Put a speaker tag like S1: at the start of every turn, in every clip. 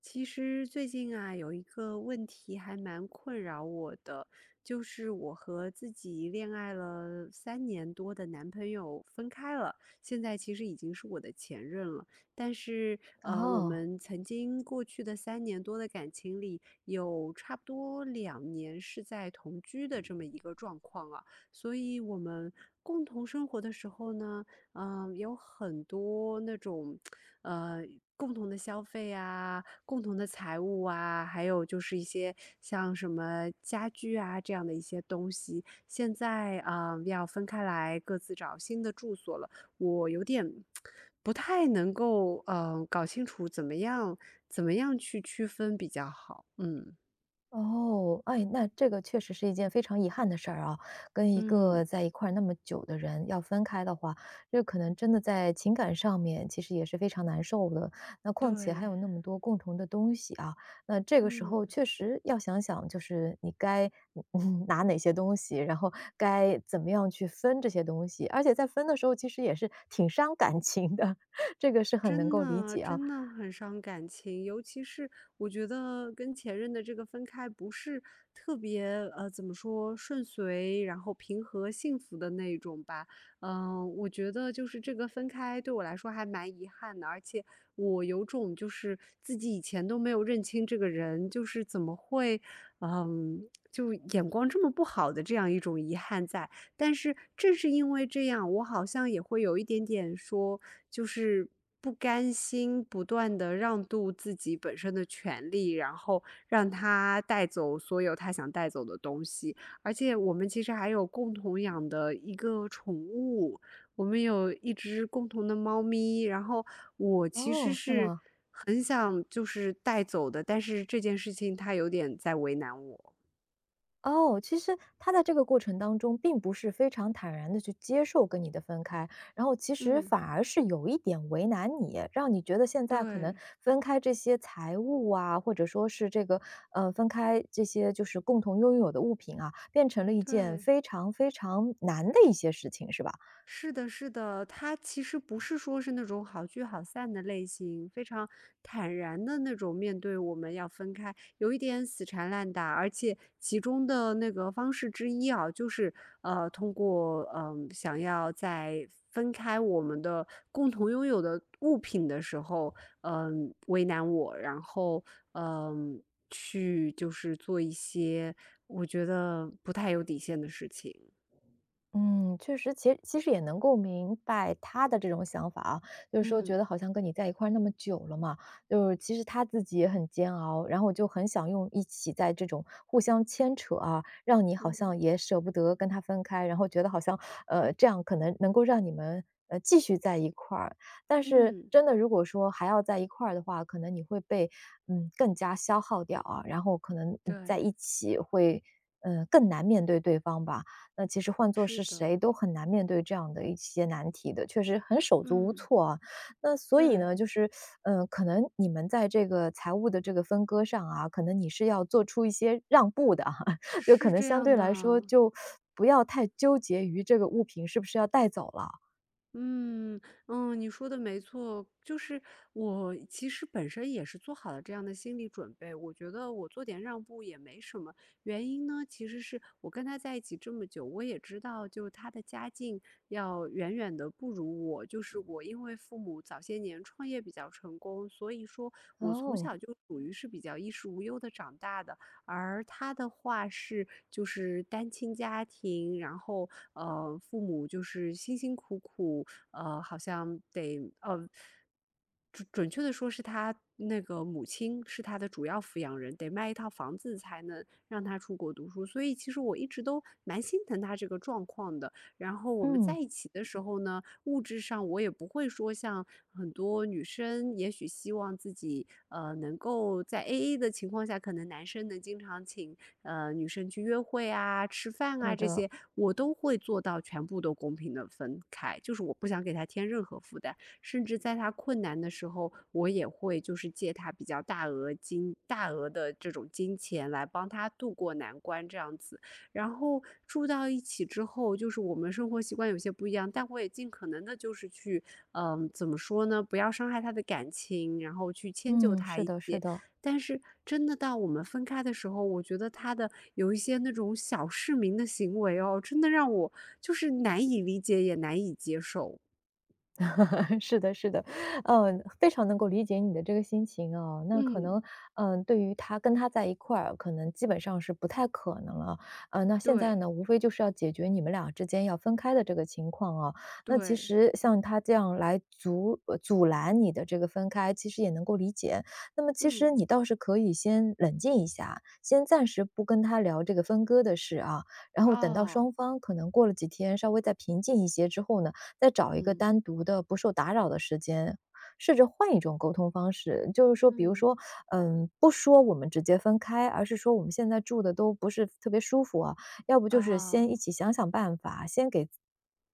S1: 其实最近啊，有一个问题还蛮困扰我的，就是我和自己恋爱了三年多的男朋友分开了，现在其实已经是我的前任了。但是，我
S2: 哦，
S1: 们曾经过去的三年多的感情里，有差不多2年是在同居的这么一个状况啊，所以我们共同生活的时候呢。有很多那种，呃，共同的消费啊，共同的财务啊，还有就是一些像什么家具啊这样的一些东西，现在啊，要分开来，各自找新的住所了。我有点不太能够，搞清楚怎么样去区分比较好。嗯
S2: 哦，哎，那这个确实是一件非常遗憾的事儿啊，跟一个
S1: 嗯，
S2: 在一块儿那么久的人要分开的话，这可能真的在情感上面其实也是非常难受的。那况且还
S1: 对，
S2: 有那么多共同的东西啊，那这个时候
S1: 嗯。
S2: 确实要想想，就是你该嗯嗯 拿哪些东西，然后该怎么样去分这些东西，而且在分的时候其实也是挺伤感情的，这个是很能
S1: 真
S2: 够理
S1: 的，
S2: 解啊。
S1: 真的很伤感情，尤其是我觉得跟前任的这个分开不是特别，怎么说，顺遂，然后平和、幸福的那种吧。我觉得就是这个分开对我来说还蛮遗憾的，而且我有种就是自己以前都没有认清这个人，就是怎么会，嗯、就眼光这么不好的这样一种遗憾在。但是正是因为这样，我好像也会有一点点说，就是不甘心，不断的让渡自己本身的权利，然后让他带走所有他想带走的东西。而且我们其实还有共同养的一个宠物，我们有一只共同的猫咪，然后我其实
S2: 哦，是
S1: 是
S2: 吗？
S1: 很想就是带走的，但是这件事情他有点在为难我。
S2: 哦，其实他在这个过程当中，并不是非常坦然的去接受跟你的分开，然后其实
S1: 嗯，
S2: 反而是有一点为难你，让你觉得现在可能
S1: 对，
S2: 分开这些财物啊，或者说是这个，分开这些就是共同拥有的物品啊，变成了一件
S1: 对。
S2: 非常非常难的一些事情，是吧？
S1: 是的，是的，他其实不是说是那种好聚好散的类型，非常坦然的那种面对我们要分开，有一点死缠烂打，而且其中的那个方式之一啊，就是通过想要在分开我们的共同拥有的物品的时候，为难我，然后嗯、去就是做一些我觉得不太有底线的事情，
S2: 嗯，确实，其实也能够明白他的这种想法啊，就是说
S1: 嗯
S2: 觉得好像跟你在一块儿那么久了嘛，就是其实他自己也很煎熬，然后就很想用一起在这种互相牵扯啊，让你好
S1: 嗯。
S2: 像也舍不得跟他分开，然后觉得好像这样可能能够让你们继续在一块儿，但是
S1: 嗯
S2: 真的如果说还要在一块儿的话，可能你会被嗯更加消耗掉啊，然后可能嗯在
S1: 对，
S2: 一起会更难面对对方吧。那其实换做
S1: 是
S2: 是
S1: 的，
S2: 谁都很难面对这样的一些难题的，确实很手足无
S1: 嗯，
S2: 措啊。那所以
S1: 对，
S2: 呢，就是，嗯，可能你们在这个财务的这个分割上啊，可能你是要做出一些让步的哈，就可
S1: 是
S2: 能
S1: 这
S2: 相
S1: 样
S2: 对来说
S1: 的。
S2: 就不要太纠结于这个物品是不是要带走了。
S1: 嗯嗯，你说的没错，就是我其实本身也是做好了这样的心理准备，我觉得我做点让步也没什么。原因呢，其实是我跟他在一起这么久，我也知道，就他的家境要远远的不如我，就是我因为父母早些年创业比较成功，所以说我从小
S2: 哦，
S1: 就属于是比较衣食无忧的长大的，而他的话是就是单亲家庭，然后父母就是辛辛苦苦。好像得准确的说是他那个母亲是他的主要抚养人，得卖一套房子才能让他出国读书。所以其实我一直都蛮心疼他这个状况的。然后我们在
S2: 嗯，
S1: 一起的时候呢，物质上我也不会说像很多女生，也许希望自己能够在 AA 的情况下，可能男生能经常请女生去约会啊、吃饭
S2: 对
S1: 啊这
S2: 的，
S1: 些，我都会做到全部都公平的分开，就是我不想给他添任何负担，甚至在他困难的时候，我也会就是借他比较大额的这种金钱来帮他渡过难关这样子。然后住到一起之后，就是我们生活习惯有些不一样，但我也尽可能的就是去，怎么说呢，不要伤害他的感情，然后去迁就
S2: 嗯，
S1: 他
S2: 是
S1: 一
S2: 的是
S1: 些。
S2: 的。
S1: 但是真的到我们分开的时候，我觉得他的有一些那种小市民的行为哦，真的让我就是难以理解，也难以接受。
S2: 是的，是的，嗯，非常能够理解你的这个心情啊。那可
S1: 嗯，
S2: 能，嗯，对于他跟他在一块儿，可能基本上是不太可能了。呃，那现在
S1: 对
S2: 呢，无非就是要解决你们俩之间要分开的这个情况啊。那其
S1: 对，
S2: 实像他这样来阻拦你的这个分开，其实也能够理解。那么其实
S1: 嗯，
S2: 你倒是可以先冷静一下，先暂时不跟他聊这个分割的事啊。然后等到
S1: 哦，
S2: 双方可能过了几天稍微再平静一些之后呢，再找一个
S1: 嗯
S2: 单独的不受打扰的时间，试着换一种沟通方式。就是说，比如
S1: 嗯，
S2: 说，嗯，不说我们直接分开，而是说我们现在住的都不是特别舒服啊，要不就是
S1: 啊，
S2: 先一起想想办法，先给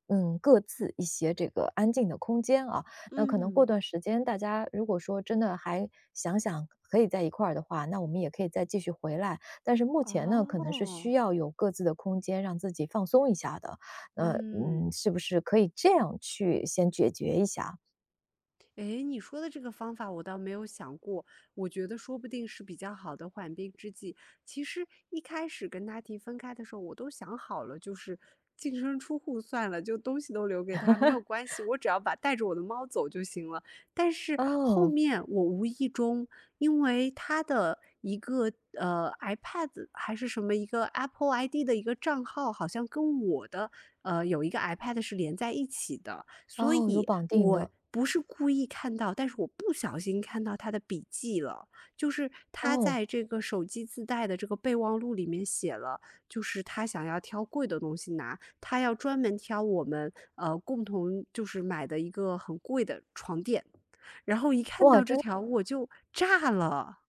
S2: 嗯，各自一些这个安静的空间啊。那可能过
S1: 嗯，
S2: 段时间，大家如果说真的还想想可以在一块儿的话，那我们也可以再继续回来。但是目前呢，可能是
S1: 哦，
S2: 需要有各自的空间，让自己放松一下的。那嗯，
S1: 嗯。
S2: 是不是可以这样去先解决一下？
S1: 诶，你说的这个方法我倒没有想过，我觉得说不定是比较好的缓兵之计。其实一开始跟他提分开的时候，我都想好了，就是净身出户算了，就东西都留给他，没有关系，我只要把带着我的猫走就行了。但是后
S2: 哦，
S1: 面我无意中，因为他的一个iPad 还是什么一个 Apple ID 的一个账号，好像跟我的有一个 iPad 是连在一起的。所
S2: 哦，有
S1: 以
S2: 绑定
S1: 我
S2: 的，
S1: 不是故意看到，但是我不小心看到他的笔记了，就是他
S2: 哦，
S1: 在这个手机自带的这个备忘录里面写了，就是他想要挑贵的东西拿，他要专门挑我们共同就是买的一个很贵的床垫，然后一看
S2: 哇，
S1: 到这
S2: 真
S1: 条我就炸了。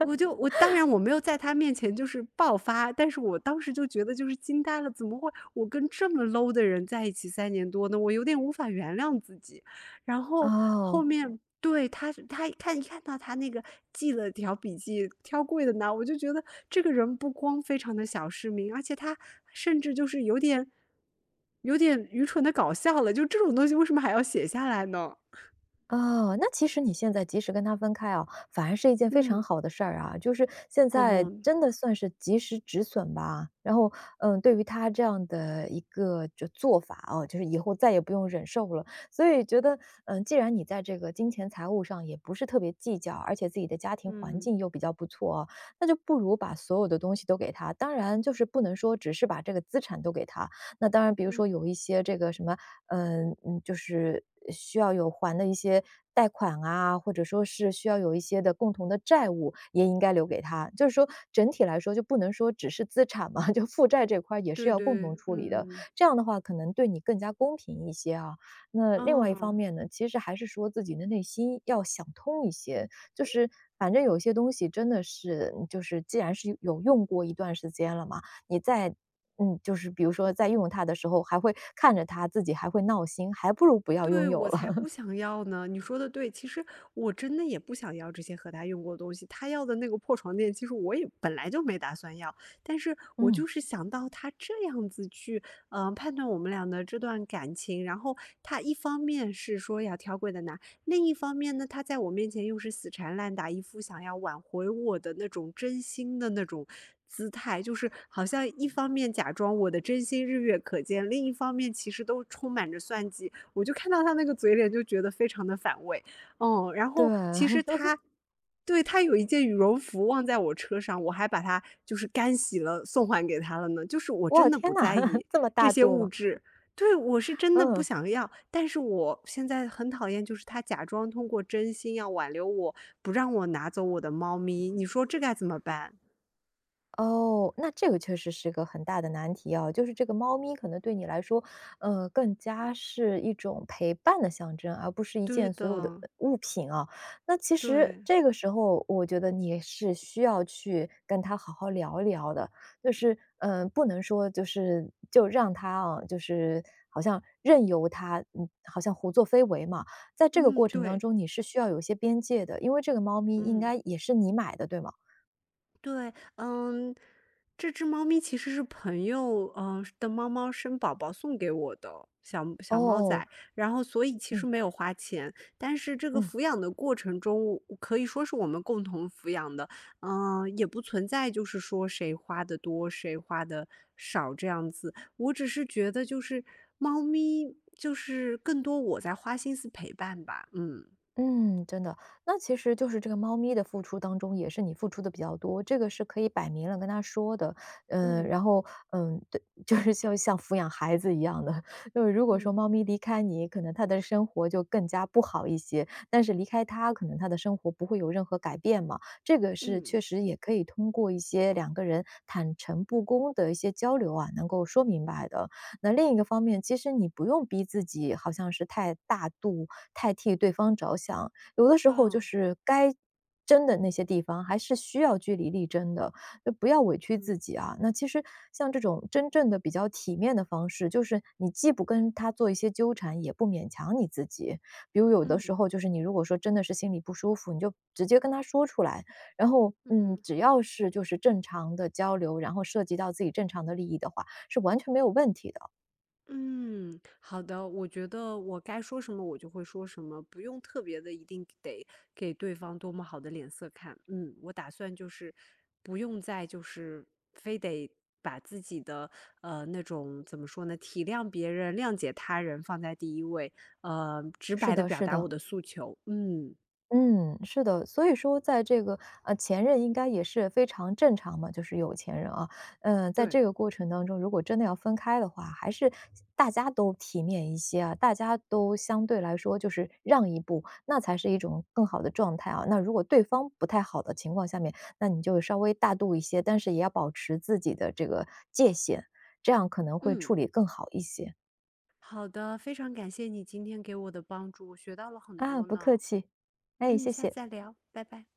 S1: 我当然我没有在他面前就是爆发，但是我当时就觉得就是惊呆了，怎么会我跟这么 low 的人在一起3年多呢？我有点无法原谅自己。然后后
S2: 哦。
S1: 面对，他一看到他那个记了条笔记，挑贵的拿，我就觉得这个人不光非常的小市民，而且他甚至就是有点愚蠢的搞笑了，就这种东西为什么还要写下来呢？
S2: 哦，那其实你现在及时跟他分开啊，反而是一件非常
S1: 嗯，
S2: 好的事儿啊。就是现
S1: 哦，
S2: 在
S1: 嗯
S2: 真的算是及时止损吧。然后，嗯，对于他这样的一个就做法啊，就是以后再也不用忍受了。所以觉得，嗯，既然你在这个金钱财务上也不是特别计较，而且自己的家庭环
S1: 嗯，
S2: 境又比较不错啊，那就不如把所有的东西都给他。当然，就是不能说只是把这个资产都给他。那当然，比如
S1: 嗯。
S2: 说有一些这个什么嗯嗯，就是需要有还的一些贷款啊，或者说是需要有一些的共同的债务，也应该留给他。就是说整体来说，就不能说只是资产嘛，就负债这块儿也是
S1: 对
S2: 要共同
S1: 对，
S2: 处理的。
S1: 嗯。
S2: 这样的话，可能对你更加公平一些啊。那另外一方
S1: 啊，
S2: 面呢，其实还是说自己的内心要想通一些，就是反正有些东西真的是，嗯就是既然是有用过一段时间了嘛，你再嗯，就是比如说在用它的时候，还会看着它，自己还会闹心，还不如不要拥
S1: 对，
S2: 有
S1: 我
S2: 了。
S1: 才不 想要呢！你说的对，其实我真的也不想要这些和他用过的东西。他要的那个破床垫，其实我也本来就没打算要，但是我就
S2: 嗯，
S1: 是想到他这样子去，判断我们俩的这段感情，然后他一方面是说要挑贵的拿，另一方面呢，他在我面前又是死缠烂打，一副想要挽回我的那种真心的那种姿态，就是好像一方面假装我的真心日月可见，另一方面其实都充满着算计。我就看到他那个嘴脸，就觉得非常的反胃。然
S2: 对，
S1: 后其实 他有一件羽绒服忘在我车上，我还把它就是干洗了送还给他了呢。就是我
S2: 哇，
S1: 真的
S2: 天
S1: 不
S2: 哪，
S1: 在 意
S2: 这么
S1: 这
S2: 大
S1: 些
S2: 度
S1: 物
S2: 吗？
S1: 质，对我是真的不
S2: 嗯。
S1: 想要。但是我现在很讨厌，就是他假装通过真心要挽留我，不让我拿走我的猫咪。你说这该怎么办？
S2: 哦，那这个确实是个很大的难题啊，就是这个猫咪可能对你来说，更加是一种陪伴的象征，而不是一
S1: 对
S2: 件所有的
S1: 的，
S2: 物品啊。那其实
S1: 对，
S2: 这个时候，我觉得你是需要去跟它好好聊一聊的，就是不能说就是就让它啊，就是好像任由它，嗯，好像胡作非为嘛。在这个
S1: 嗯，
S2: 过程当
S1: 对，
S2: 中，你是需要有一些边界的，因为这个猫咪应
S1: 嗯。
S2: 该也是你买的，对吗？
S1: 对，嗯，这只猫咪其实是朋友的猫猫生宝宝送给我的小
S2: 哦
S1: 小猫
S2: 哦，
S1: 仔，然后所以其实
S2: 嗯
S1: 没有花钱，但是这个
S2: 嗯。
S1: 抚养的过程中，我可以说是我们共同抚养的，也不存在就是说谁花的多，谁花的少这样子，我只是觉得就是猫咪就是更多我在花心思陪伴吧，嗯
S2: 嗯，真的，那其实就是这个猫咪的付出当中，也是你付出的比较多，这个是可以摆明了跟他说的。嗯，
S1: 嗯
S2: 然后，嗯，对，就是像抚养孩子一样的，就是如果
S1: 嗯
S2: 说
S1: 嗯
S2: 猫咪离开你，可能它的生活就更加不好一些，但是离开它，可能它的生活不会有任何改变嘛。这个是
S1: 嗯
S2: 确实也可以通过一些两个人坦诚不公的一些交流啊，能够说明白的。那另一个方面，其实你不用逼自己，好像是太大度太替对方着想，有的时候就
S1: 嗯
S2: 是该争的那些地方，还是需要据理力争的，就不要委屈自己啊。那其实像这种真正的比较体面的方式，就是你既不跟他做一些纠缠，也不勉强你自己。比如有的时
S1: 嗯。
S2: 候就是你如果说真的是心里不舒服，你就直接跟他说出来，然后嗯，
S1: 嗯
S2: 只要是就是正常的交流，然后涉及到自己正常的利益的话，是完全没有问题的。
S1: 嗯，好的，我觉得我该说什么我就会说什么，不用特别的一定得给对方多么好的脸色看。嗯，我打算就是不用再就是非得把自己的那种怎么说呢，体谅别人、谅解他人放在第一位，直
S2: 是
S1: 白的
S2: 的，
S1: 表
S2: 是
S1: 达我
S2: 的。
S1: 的诉求。嗯，
S2: 嗯，是的，所以说在这个前任应该也是非常正常嘛，就是有钱人啊，嗯，在
S1: 对，
S2: 这个过程当中，如果真的要分开的话，还是大家都体面一些啊，大家都相对来说就是让一步，那才是一种更好的状态啊。那如果对方不太好的情况下面，那你就稍微大度一些，但是也要保持自己的这个界限，这样可能会
S1: 嗯，
S2: 处理更好一些
S1: 好的，非常感谢你今天给我的帮助，我学到了很
S2: 啊。
S1: 多
S2: 不客
S1: 呢。
S2: 气，哎，
S1: 嗯，
S2: 谢
S1: 下次
S2: 谢。
S1: 再聊，拜拜。